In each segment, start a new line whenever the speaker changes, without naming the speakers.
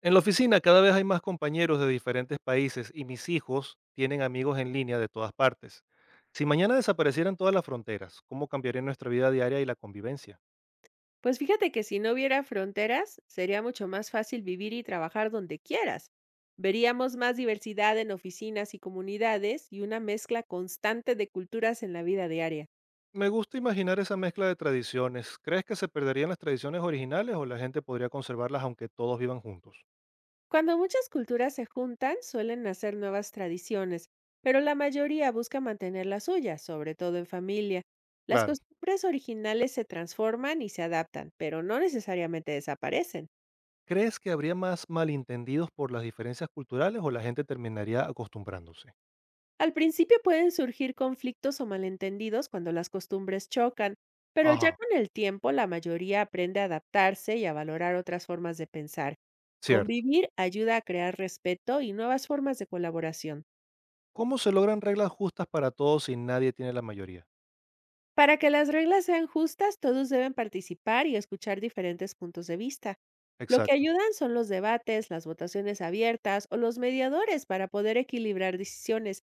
En la oficina cada vez hay más compañeros de diferentes países y mis hijos tienen amigos en línea de todas partes. Si mañana desaparecieran todas las fronteras, ¿cómo cambiaría nuestra vida diaria y la convivencia?
Pues fíjate que si no hubiera fronteras, sería mucho más fácil vivir y trabajar donde quieras. Veríamos más diversidad en oficinas y comunidades y una mezcla constante de culturas en la vida diaria.
Me gusta imaginar esa mezcla de tradiciones. ¿Crees que se perderían las tradiciones originales o la gente podría conservarlas aunque todos vivan juntos?
Cuando muchas culturas se juntan, suelen nacer nuevas tradiciones, pero la mayoría busca mantener las suyas, sobre todo en familia. Las
Claro.
costumbres originales se transforman y se adaptan, pero no necesariamente desaparecen.
¿Crees que habría más malentendidos por las diferencias culturales o la gente terminaría acostumbrándose?
Al principio pueden surgir conflictos o malentendidos cuando las costumbres chocan, pero
Ajá,
ya con el tiempo la mayoría aprende a adaptarse y a valorar otras formas de pensar.
cierto.
Convivir ayuda a crear respeto y nuevas formas de colaboración.
¿Cómo se logran reglas justas para todos si nadie tiene la mayoría?
Para que las reglas sean justas, todos deben participar y escuchar diferentes puntos de vista. Lo que
Exacto.
ayudan son los debates, las votaciones abiertas o los mediadores para poder equilibrar decisiones.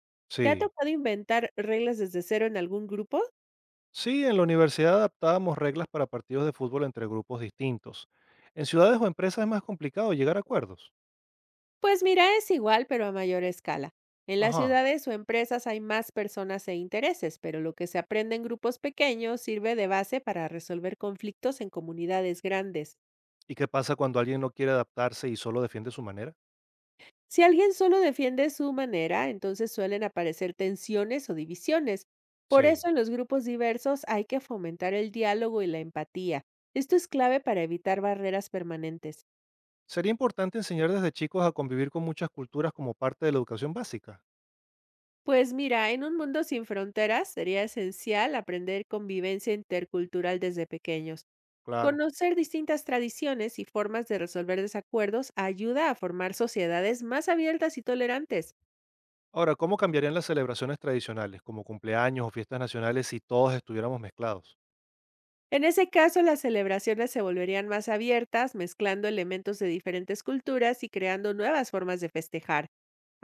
¿Te ha
Sí.
tocado inventar reglas desde cero en algún grupo?
Sí, en la universidad adaptábamos reglas para partidos de fútbol entre grupos distintos. En ciudades o empresas es más complicado llegar a acuerdos.
Pues mira, es igual, pero a mayor escala. En las
Ajá.
ciudades o empresas hay más personas e intereses, pero lo que se aprende en grupos pequeños sirve de base para resolver conflictos en comunidades grandes.
¿Y qué pasa cuando alguien no quiere adaptarse y solo defiende su manera?
Si alguien solo defiende su manera, entonces suelen aparecer tensiones o divisiones. Por
Sí.
eso en los grupos diversos hay que fomentar el diálogo y la empatía. Esto es clave para evitar barreras permanentes.
Sería importante enseñar desde chicos a convivir con muchas culturas como parte de la educación básica.
Pues mira, en un mundo sin fronteras sería esencial aprender convivencia intercultural desde pequeños.
Claro.
Conocer distintas tradiciones y formas de resolver desacuerdos ayuda a formar sociedades más abiertas y tolerantes.
Ahora, ¿cómo cambiarían las celebraciones tradicionales, como cumpleaños o fiestas nacionales, si todos estuviéramos mezclados?
En ese caso, las celebraciones se volverían más abiertas, mezclando elementos de diferentes culturas y creando nuevas formas de festejar.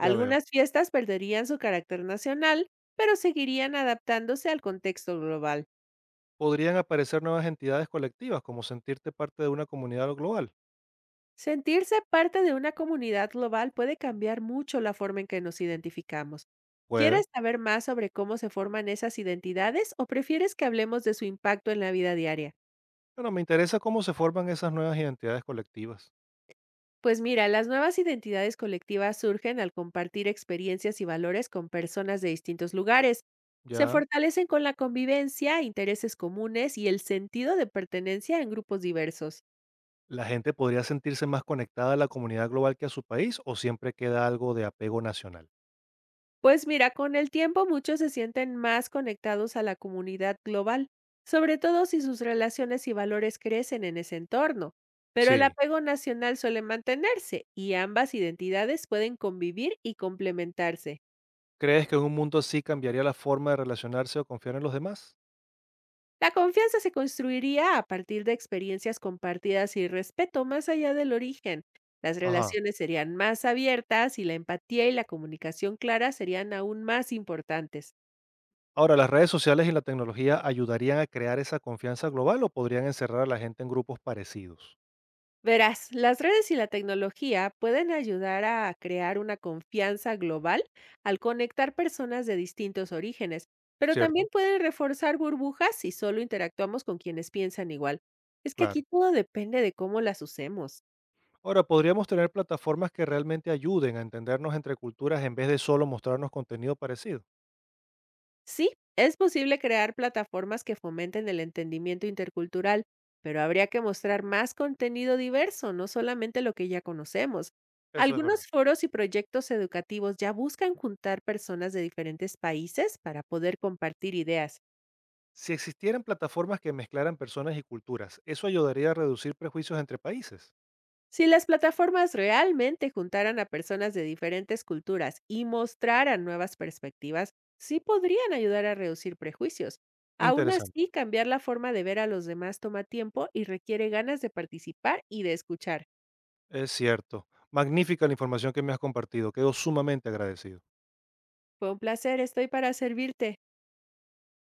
Ya veo.
fiestas perderían su carácter nacional, pero seguirían adaptándose al contexto global.
¿Podrían aparecer nuevas entidades colectivas, como sentirte parte de una comunidad global?
Sentirse parte de una comunidad global puede cambiar mucho la forma en que nos identificamos.
Puede.
¿Quieres saber más sobre cómo se forman esas identidades o prefieres que hablemos de su impacto en la vida diaria?
Bueno, me interesa cómo se forman esas nuevas identidades colectivas.
Pues mira, las nuevas identidades colectivas surgen al compartir experiencias y valores con personas de distintos lugares. Se
¿Ya
fortalecen con la convivencia, intereses comunes y el sentido de pertenencia en grupos diversos.
la gente podría sentirse más conectada a la comunidad global que a su país o siempre queda algo de apego nacional?
Pues mira, con el tiempo muchos se sienten más conectados a la comunidad global, sobre todo si sus relaciones y valores crecen en ese entorno. Pero el
Sí.
apego nacional suele mantenerse y ambas identidades pueden convivir y complementarse.
¿Crees que en un mundo así cambiaría la forma de relacionarse o confiar en los demás?
La confianza se construiría a partir de experiencias compartidas y respeto más allá del origen. Las
Ajá.
relaciones serían más abiertas y la empatía y la comunicación clara serían aún más importantes.
Ahora, ¿las redes sociales y la tecnología ayudarían a crear esa confianza global o podrían encerrar a la gente en grupos parecidos?
Verás, las redes y la tecnología pueden ayudar a crear una confianza global al conectar personas de distintos orígenes, pero también
¿Cierto?
pueden reforzar burbujas si solo interactuamos con quienes piensan igual. Es que
Claro.
aquí todo depende de cómo las usemos.
Ahora, podríamos tener plataformas que realmente ayuden a entendernos entre culturas en vez de solo mostrarnos contenido parecido.
Sí, es posible crear plataformas que fomenten el entendimiento intercultural, pero habría que mostrar más contenido diverso, no solamente lo que ya conocemos.
Eso es
Algunos
verdad.
foros y proyectos educativos ya buscan juntar personas de diferentes países para poder compartir ideas.
Si existieran plataformas que mezclaran personas y culturas, eso ayudaría a reducir prejuicios entre países.
Si las plataformas realmente juntaran a personas de diferentes culturas y mostraran nuevas perspectivas, sí podrían ayudar a reducir prejuicios. Aún así,
Interesante,
cambiar la forma de ver a los demás toma tiempo y requiere ganas de participar y de escuchar.
es cierto. Magnífica la información que me has compartido, quedo sumamente agradecido.
Fue un placer, estoy para servirte.